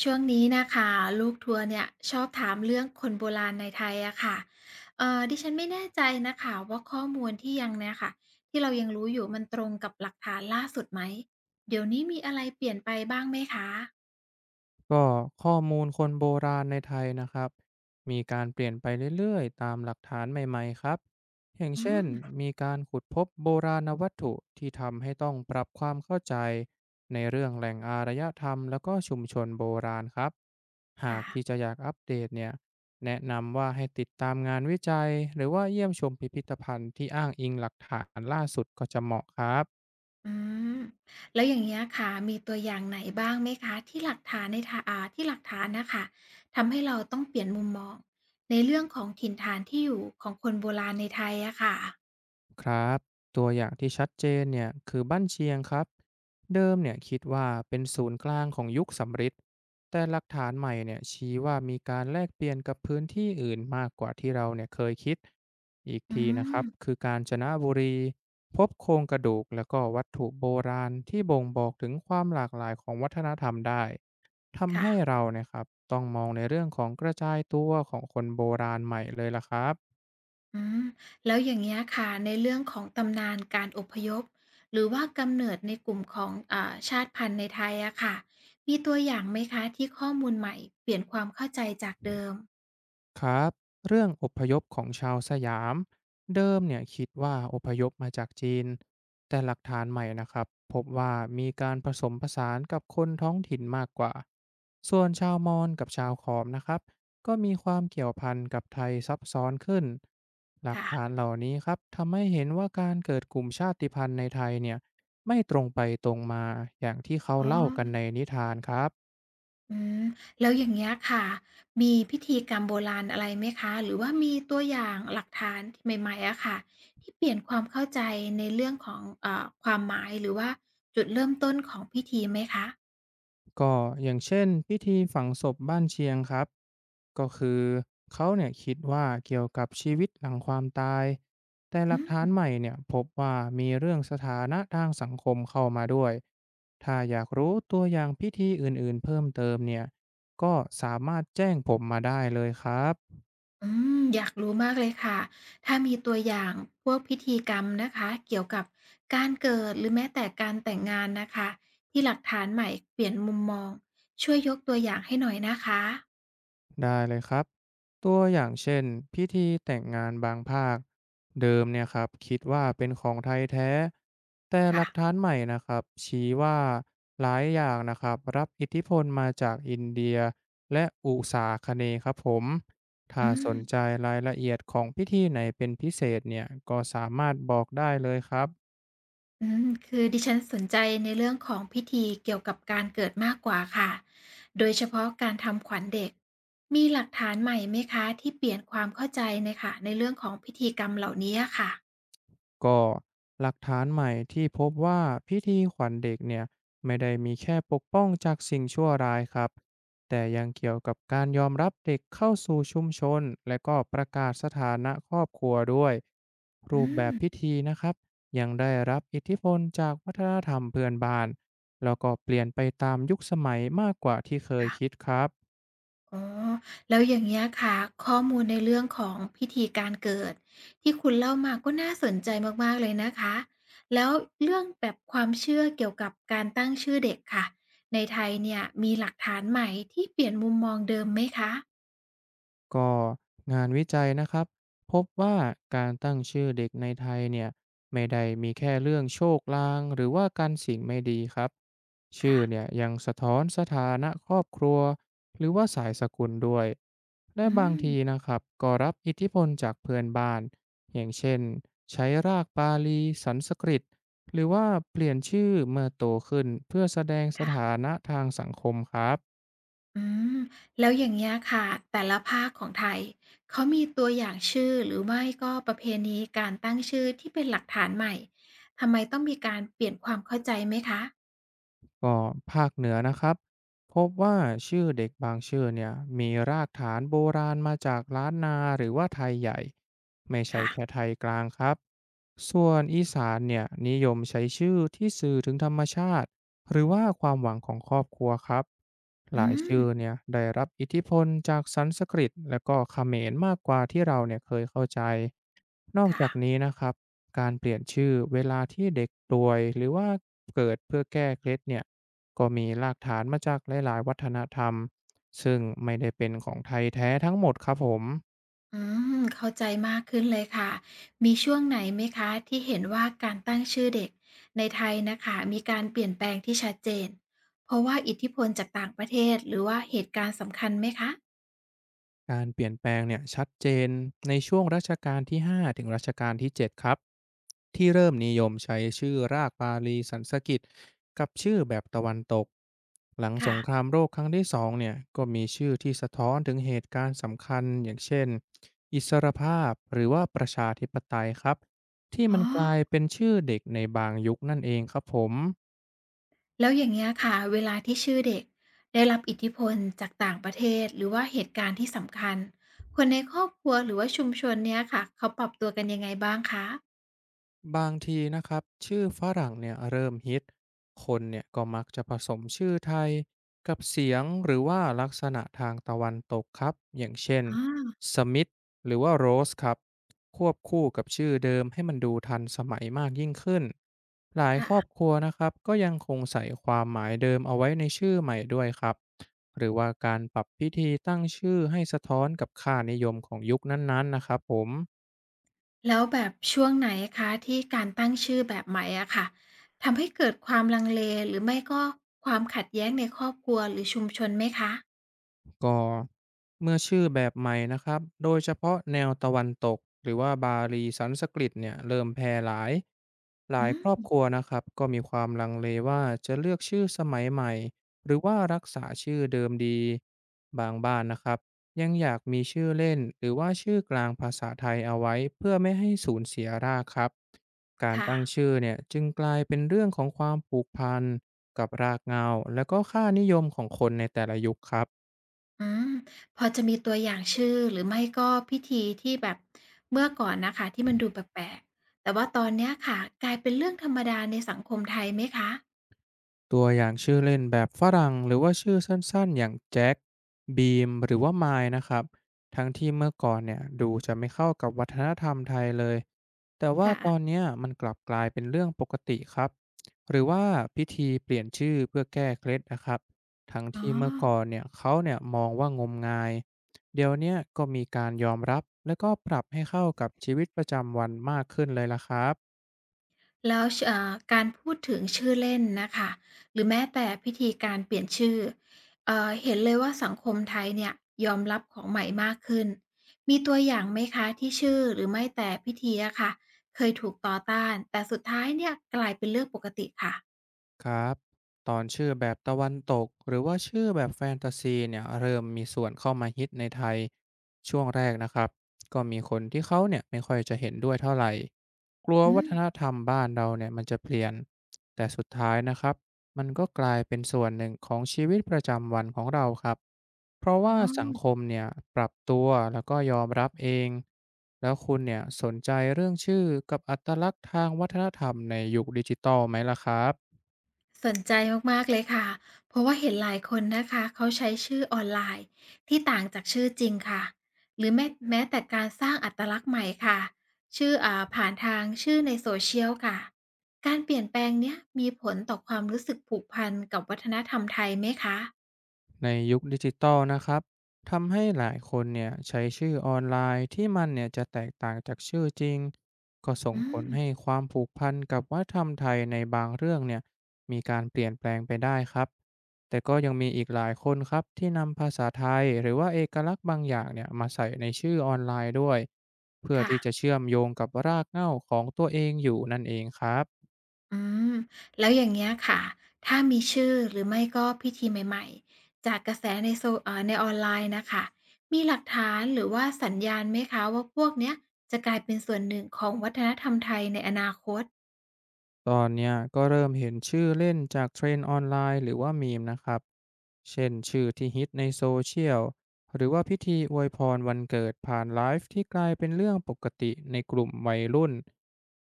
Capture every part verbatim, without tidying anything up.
ช่วงนี้นะคะลูกทัวร์เนี่ยชอบถามเรื่องคนโบราณในไทยอะค่ะเอ่อดิฉันไม่แน่ใจนะคะว่าข้อมูลที่ยังเนี่ยค่ะที่เรายังรู้อยู่มันตรงกับหลักฐานล่าสุดไหมเดี๋ยวนี้มีอะไรเปลี่ยนไปบ้างไหมคะก็ข้อมูลคนโบราณในไทยนะครับมีการเปลี่ยนไปเรื่อยๆตามหลักฐานใหม่ๆครับอย่างอืเช่นมมีการขุดพบโบราณวัตถุที่ทำให้ต้องปรับความเข้าใจในเรื่องแหล่งอารยธรรมแล้วก็ชุมชนโบราณครับหาค่ะกที่จะอยากอัปเดตเนี่ยแนะนำว่าให้ติดตามงานวิจัยหรือว่าเยี่ยมชมพิพิธภัณฑ์ที่อ้างอิงหลักฐานล่าสุดก็จะเหมาะครับ อืมแล้วอย่างเงี้ยค่ะมีตัวอย่างไหนบ้างไหมคะที่หลักฐานในทาอ่าที่หลักฐานนะคะทำให้เราต้องเปลี่ยนมุมมองในเรื่องของถิ่นฐานที่อยู่ของคนโบราณในไทยอะค่ะครับตัวอย่างที่ชัดเจนเนี่ยคือบ้านเชียงครับเดิมเนี่ยคิดว่าเป็นศูนย์กลางของยุคสำริดแต่หลักฐานใหม่เนี่ยชี้ว่ามีการแลกเปลี่ยนกับพื้นที่อื่นมากกว่าที่เราเนี่ยเคยคิดอีกอืทีนะครัมบคือการจนบุรีพบโครงกระดูกและก็วัตถุโบราณที่บ่งบอกถึงความหลากหลายของวัฒนธรรมได้ทำค่ะ ให้เราเนี่ยครับต้องมองในเรื่องของกระจายตัวของคนโบราณใหม่เลยละครับ อืมแล้วอย่างเงี้ยค่ะในเรื่องของตำนานการอพยพหรือว่ากำเนิดในกลุ่มของอ่าชาติพันธุ์ในไทยอะค่ะมีตัวอย่างไหมคะที่ข้อมูลใหม่เปลี่ยนความเข้าใจจากเดิมครับเรื่องอพยพของชาวสยามเดิมเนี่ยคิดว่าอพยพมาจากจีนแต่หลักฐานใหม่นะครับพบว่ามีการผสมผสานกับคนท้องถิ่นมากกว่าส่วนชาวมอญกับชาวขอมนะครับก็มีความเกี่ยวพันกับไทยซับซ้อนขึ้นหลักค่ะฐานเหล่านี้ครับทำให้เห็นว่าการเกิดกลุ่มชาติพันธุ์ในไทยเนี่ยไม่ตรงไปตรงมาอย่างที่เขาอ๋อเล่ากันในนิทานครับ อืมแล้วอย่างเงี้ยค่ะมีพิธีกรรมโบราณอะไรไหมคะหรือว่ามีตัวอย่างหลักฐานใหม่ๆอะค่ะที่เปลี่ยนความเข้าใจในเรื่องของอ่าความหมายหรือว่าจุดเริ่มต้นของพิธีไหมคะก็อย่างเช่นพิธีฝังศพบ้านเชียงครับก็คือเขาเนี่ยคิดว่าเกี่ยวกับชีวิตหลังความตายแต่หอืลักฐานม ใหม่เนี่ยพบว่ามีเรื่องสถานะทางสังคมเข้ามาด้วยถ้าอยากรู้ตัวอย่างพิธีอื่นๆเพิ่มเติมเนี่ยก็สามารถแจ้งผมมาได้เลยครับ อืมอยากรู้มากเลยค่ะ ถ้ามีตัวอย่างพวกพิธีกรรมนะคะเกี่ยวกับการเกิดหรือแม้แต่การแต่งงานนะคะที่หลักฐานใหม่เปลี่ยนมุมมองช่วยยกตัวอย่างให้หน่อยนะคะได้เลยครับตัวอย่างเช่นพิธีแต่งงานบางภาคเดิมเนี่ยครับคิดว่าเป็นของไทยแท้แต่หค่ะลักฐานใหม่นะครับชี้ว่าหลายอย่างนะครับรับอิทธิพลมาจากอินเดียและอุษาคเนย์ครับผมอืถ้าสมนใจรายละเอียดของพิธีไหนเป็นพิเศษเนี่ยก็สามารถบอกได้เลยครับ อืมคือดิฉันสนใจในเรื่องของพิธีเกี่ยวกับการเกิดมากกว่าค่ะโดยเฉพาะการทำขวัญเด็กมีหลักฐานใหม่ไหมคะที่เปลี่ยนความเข้าใจในค่ะในเรื่องของพิธีกรรมเหล่านี้อะค่ะก็หลักฐานใหม่ที่พบว่าพิธีขวัญเด็กเนี่ยไม่ได้มีแค่ปกป้องจากสิ่งชั่วร้ายครับแต่ยังเกี่ยวกับการยอมรับเด็กเข้าสู่ชุมชนและก็ประกาศสถานะครอบครัวด้วยอืรูปแบบพิมธีนะครับยังได้รับอิทธิพลจากวัฒนธรรมเพื่อนบ้านแล้วก็เปลี่ยนไปตามยุคสมัยมากกว่าที่เคยคิดค่ะ ครับ อ๋อ แล้วอย่างเงี้ยค่ะข้อมูลในเรื่องของพิธีการเกิดที่คุณเล่ามาก็น่าสนใจมากๆเลยนะคะแล้วเรื่องแบบความเชื่อเกี่ยวกับการตั้งชื่อเด็กค่ะในไทยเนี่ยมีหลักฐานใหม่ที่เปลี่ยนมุมมองเดิมไหมคะก็งานวิจัยนะครับพบว่าการตั้งชื่อเด็กในไทยเนี่ยไม่ได้มีแค่เรื่องโชคลางหรือว่าการสิ่งไม่ดีครับชื่อค่ะเนี่ยยังสะท้อนสถานะครอบครัวหรือว่าสายสกุลด้วยและอืบางทีมนะครับก็รับอิทธิพลจากเพื่อนบ้านอย่างเช่นใช้รากบาลีสันสกฤตหรือว่าเปลี่ยนชื่อเมื่อโตขึ้นเพื่อแสดงสค่ะถานะทางสังคมครับ อืมแล้วอย่างเงี้ยค่ะแต่ละภาคของไทยเขามีตัวอย่างชื่อหรือไม่ก็ประเพณีการตั้งชื่อที่เป็นหลักฐานใหม่ทำไมต้องมีการเปลี่ยนความเข้าใจไหมคะก็ภาคเหนือนะครับพบว่าชื่อเด็กบางชื่อเนี่ยมีรากฐานโบราณมาจากล้านนาหรือว่าไทยใหญ่ไม่ใช่ค่ะ แค่ไทยกลางครับส่วนอีสานเนี่ยนิยมใช้ชื่อที่สื่อถึงธรรมชาติหรือว่าความหวังของครอบครัวครับอืหลายมชื่อเนี่ยได้รับอิทธิพลจากสันสกฤตและก็เขมรมากกว่าที่เราเนี่ยเคยเข้าใจนอกค่ะจากนี้นะครับการเปลี่ยนชื่อเวลาที่เด็กป่วยหรือว่าเกิดเพื่อแก้เคล็ดเนี่ย ก็มีรากฐานมาจากหลายๆวัฒนธรรมซึ่งไม่ได้เป็นของไทยแท้ทั้งหมดครับผมอืมเข้าใจมากขึ้นเลยค่ะมีช่วงไหนไหมคะที่เห็นว่าการตั้งชื่อเด็กในไทยน่ะค่ะมีการเปลี่ยนแปลงที่ชัดเจนเพราะว่าอิทธิพลจากต่างประเทศหรือว่าเหตุการณ์สำคัญไหมคะการเปลี่ยนแปลงเนี่ยชัดเจนในช่วงรัชกาลที่ห้าถึงรัชกาลที่เจ็ดครับที่เริ่มนิยมใช้ชื่อรากบาลีสันสกฤตกับชื่อแบบตะวันตกหลังสค่ะงครามโลกครั้งที่สองเนี่ยก็มีชื่อที่สะท้อนถึงเหตุการณ์สำคัญอย่างเช่นอิสรภาพหรือว่าประชาธิปไตยครับที่อ๋อมันกลายเป็นชื่อเด็กในบางยุคนั่นเองครับผม แล้วอย่างเงี้ยค่ะเวลาที่ชื่อเด็กได้รับอิทธิพลจากต่างประเทศหรือว่าเหตุการณ์ที่สำคัญคนในครอบครัวหรือว่าชุมชนเนี้ยค่ะเขาปรับตัวกันยังไงบ้างคะบางทีนะครับชื่อฝรั่งเนี่ยเริ่มฮิตคนเนี่ยก็มักจะผสมชื่อไทยกับเสียงหรือว่าลักษณะทางตะวันตกครับอย่างเช่นสมิธหรือว่าโรสครับควบคู่กับชื่อเดิมให้มันดูทันสมัยมากยิ่งขึ้นหลายคค่ะ รอบครัวนะครับก็ยังคงใส่ความหมายเดิมเอาไว้ในชื่อใหม่ด้วยครับหรือว่าการปรับพิธีตั้งชื่อให้สะท้อนกับค่านิยมของยุคนั้นๆนะครับผม แล้วแบบช่วงไหนคะที่การตั้งชื่อแบบใหม่อะค่ะทำให้เกิดความลังเลหรือไม่ก็ความขัดแย้งในครอบครัวหรือชุมชนไหมคะก็เมื่อชื่อแบบใหม่นะครับโดยเฉพาะแนวตะวันตกหรือว่าบาลีสันสกฤตเนี่ยเริ่มแพร่หลายหลาอืยครอบมครัวนะครับก็มีความลังเลว่าจะเลือกชื่อสมัยใหม่หรือว่ารักษาชื่อเดิมดีบางบ้านนะครับยังอยากมีชื่อเล่นหรือว่าชื่อกลางภาษาไทยเอาไว้เพื่อไม่ให้สูญเสียรากครับการค่ะตั้งชื่อเนี่ยจึงกลายเป็นเรื่องของความผูกพันกับรากเหงาและก็ค่านิยมของคนในแต่ละยุคครับ อืมพอจะมีตัวอย่างชื่อหรือไม่ก็พิธีที่แบบเมื่อก่อนนะคะที่มันดูแปลกๆแต่ว่าตอนเนี้ยค่ะกลายเป็นเรื่องธรรมดาในสังคมไทยไหมคะตัวอย่างชื่อเล่นแบบฝรั่งหรือว่าชื่อสั้นๆอย่างแจ็คบีมหรือว่าไมล์นะครับทั้งที่เมื่อก่อนเนี่ยดูจะไม่เข้ากับวัฒนธรรมไทยเลยแต่ว่าค่ะตอนเนี้ยมันกลับกลายเป็นเรื่องปกติครับหรือว่าพิธีเปลี่ยนชื่อเพื่อแก้เคล็ดนะครับทั้งอ๋ที่เมื่อก่อนอ เนี่ยเขาเนี่ยมองว่างมงายเดี๋ยวเนี้ยก็มีการยอมรับและก็ปรับให้เข้ากับชีวิตประจำวันมากขึ้นเลยละครับ แล้วชเอ่อการพูดถึงชื่อเล่นน่ะค่ะหรือแม้แต่พิธีการเปลี่ยนชื่อเอ่อเห็นเลยว่าสังคมไทยเนี่ยยอมรับของใหม่มากขึ้นมีตัวอย่างไหมคะที่ชื่อหรือไม่แต่พิธีอะค่ะเคยถูกต่อต้านแต่สุดท้ายเนี่ยกลายเป็นเรื่องปกติค่ะครับตอนชื่อแบบตะวันตกหรือว่าชื่อแบบแฟนตาซีเนี่ยเริ่มมีส่วนเข้ามาฮิตในไทยช่วงแรกนะครับก็มีคนที่เขาเนี่ยไม่ค่อยจะเห็นด้วยเท่าไหร่กลัวอืวัมฒนธรรมบ้านเราเนี่ยมันจะเปลี่ยนแต่สุดท้ายนะครับมันก็กลายเป็นส่วนหนึ่งของชีวิตประจำวันของเราครับเพราะอ๋อ ว่าสังคมเนี่ยปรับตัวแล้วก็ยอมรับเองแล้วคุณเนี่ยสนใจเรื่องชื่อกับอัตลักษณ์ทางวัฒนธรรมในยุคดิจิตอลไหมล่ะครับ สนใจมากๆเลยค่ะ เพราะว่าเห็นหลายคนนะคะเขาใช้ชื่อออนไลน์ที่ต่างจากชื่อจริงค่ะ หรือแม้แม้แต่การสร้างอัตลักษณ์ใหม่ค่ะ ชื่ออ่าผ่านทางชื่อในโซเชียลค่ะ การเปลี่ยนแปลงเนี้ยมีผลต่อความรู้สึกผูกพันกับวัฒนธรรมไทยไหมคะ ในยุคดิจิตอลนะครับทำให้หลายคนเนี่ยใช้ชื่อออนไลน์ที่มันเนี่ยจะแตกต่างจากชื่อจริงก็ส่งอืผม ลให้ความผูกพันกับวัฒนธรรมไทยในบางเรื่องเนี่ยมีการเปลี่ยนแปลงไปได้ครับแต่ก็ยังมีอีกหลายคนครับที่นำภาษาไทยหรือว่าเอกลักษณ์บางอย่างเนี่ยมาใส่ในชื่อออนไลน์ด้วยเพื่อที่จะค่ะ เชื่อมโยงกับรากเหง้าของตัวเองอยู่นั่นเองครับ อืมแล้วอย่างเงี้ยค่ะ ถ้ามีชื่อหรือไม่ก็พิธีใหม่ๆ จากกระแสในโซเอ่อในออนไลน์นะคะ มีหลักฐานหรือว่าสัญญาณไหมคะว่าพวกเนี้ยจะกลายเป็นส่วนหนึ่งของวัฒนธรรมไทยในอนาคตตอนเนี้ยก็เริ่มเห็นชื่อเล่นจากเทรนด์ออนไลน์หรือว่ามีมนะครับเช่นชื่อที่ฮิตในโซเชียลหรือว่าพิธีอวยพรวันเกิดผ่านไลฟ์ที่กลายเป็นเรื่องปกติในกลุ่มวัยรุ่น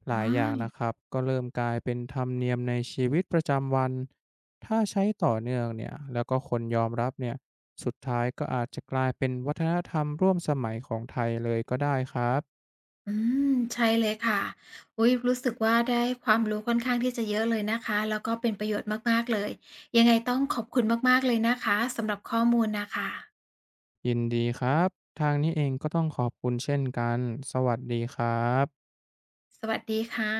หอลายอย่างนะาครับก็เริ่มกลายเป็นธรรมเนียมในชีวิตประจำวันถ้าใช้ต่อเนื่องเนี่ยแล้วก็คนยอมรับเนี่ยสุดท้ายก็อาจจะกลายเป็นวัฒนธรรมร่วมสมัยของไทยเลยก็ได้ครับ ออืม ใช่เลยค่ะ อุ๊ย รู้สึกว่าได้ความรู้ค่อนข้างที่จะเยอะเลยนะคะ แล้วก็เป็นประโยชน์มากๆเลย ยังไงต้องขอบคุณมากๆเลยนะคะสำหรับข้อมูลน่ะค่ะยินดีครับทางนี้เองก็ต้องขอบคุณเช่นกันสวัสดีครับสวัสดีค่ะ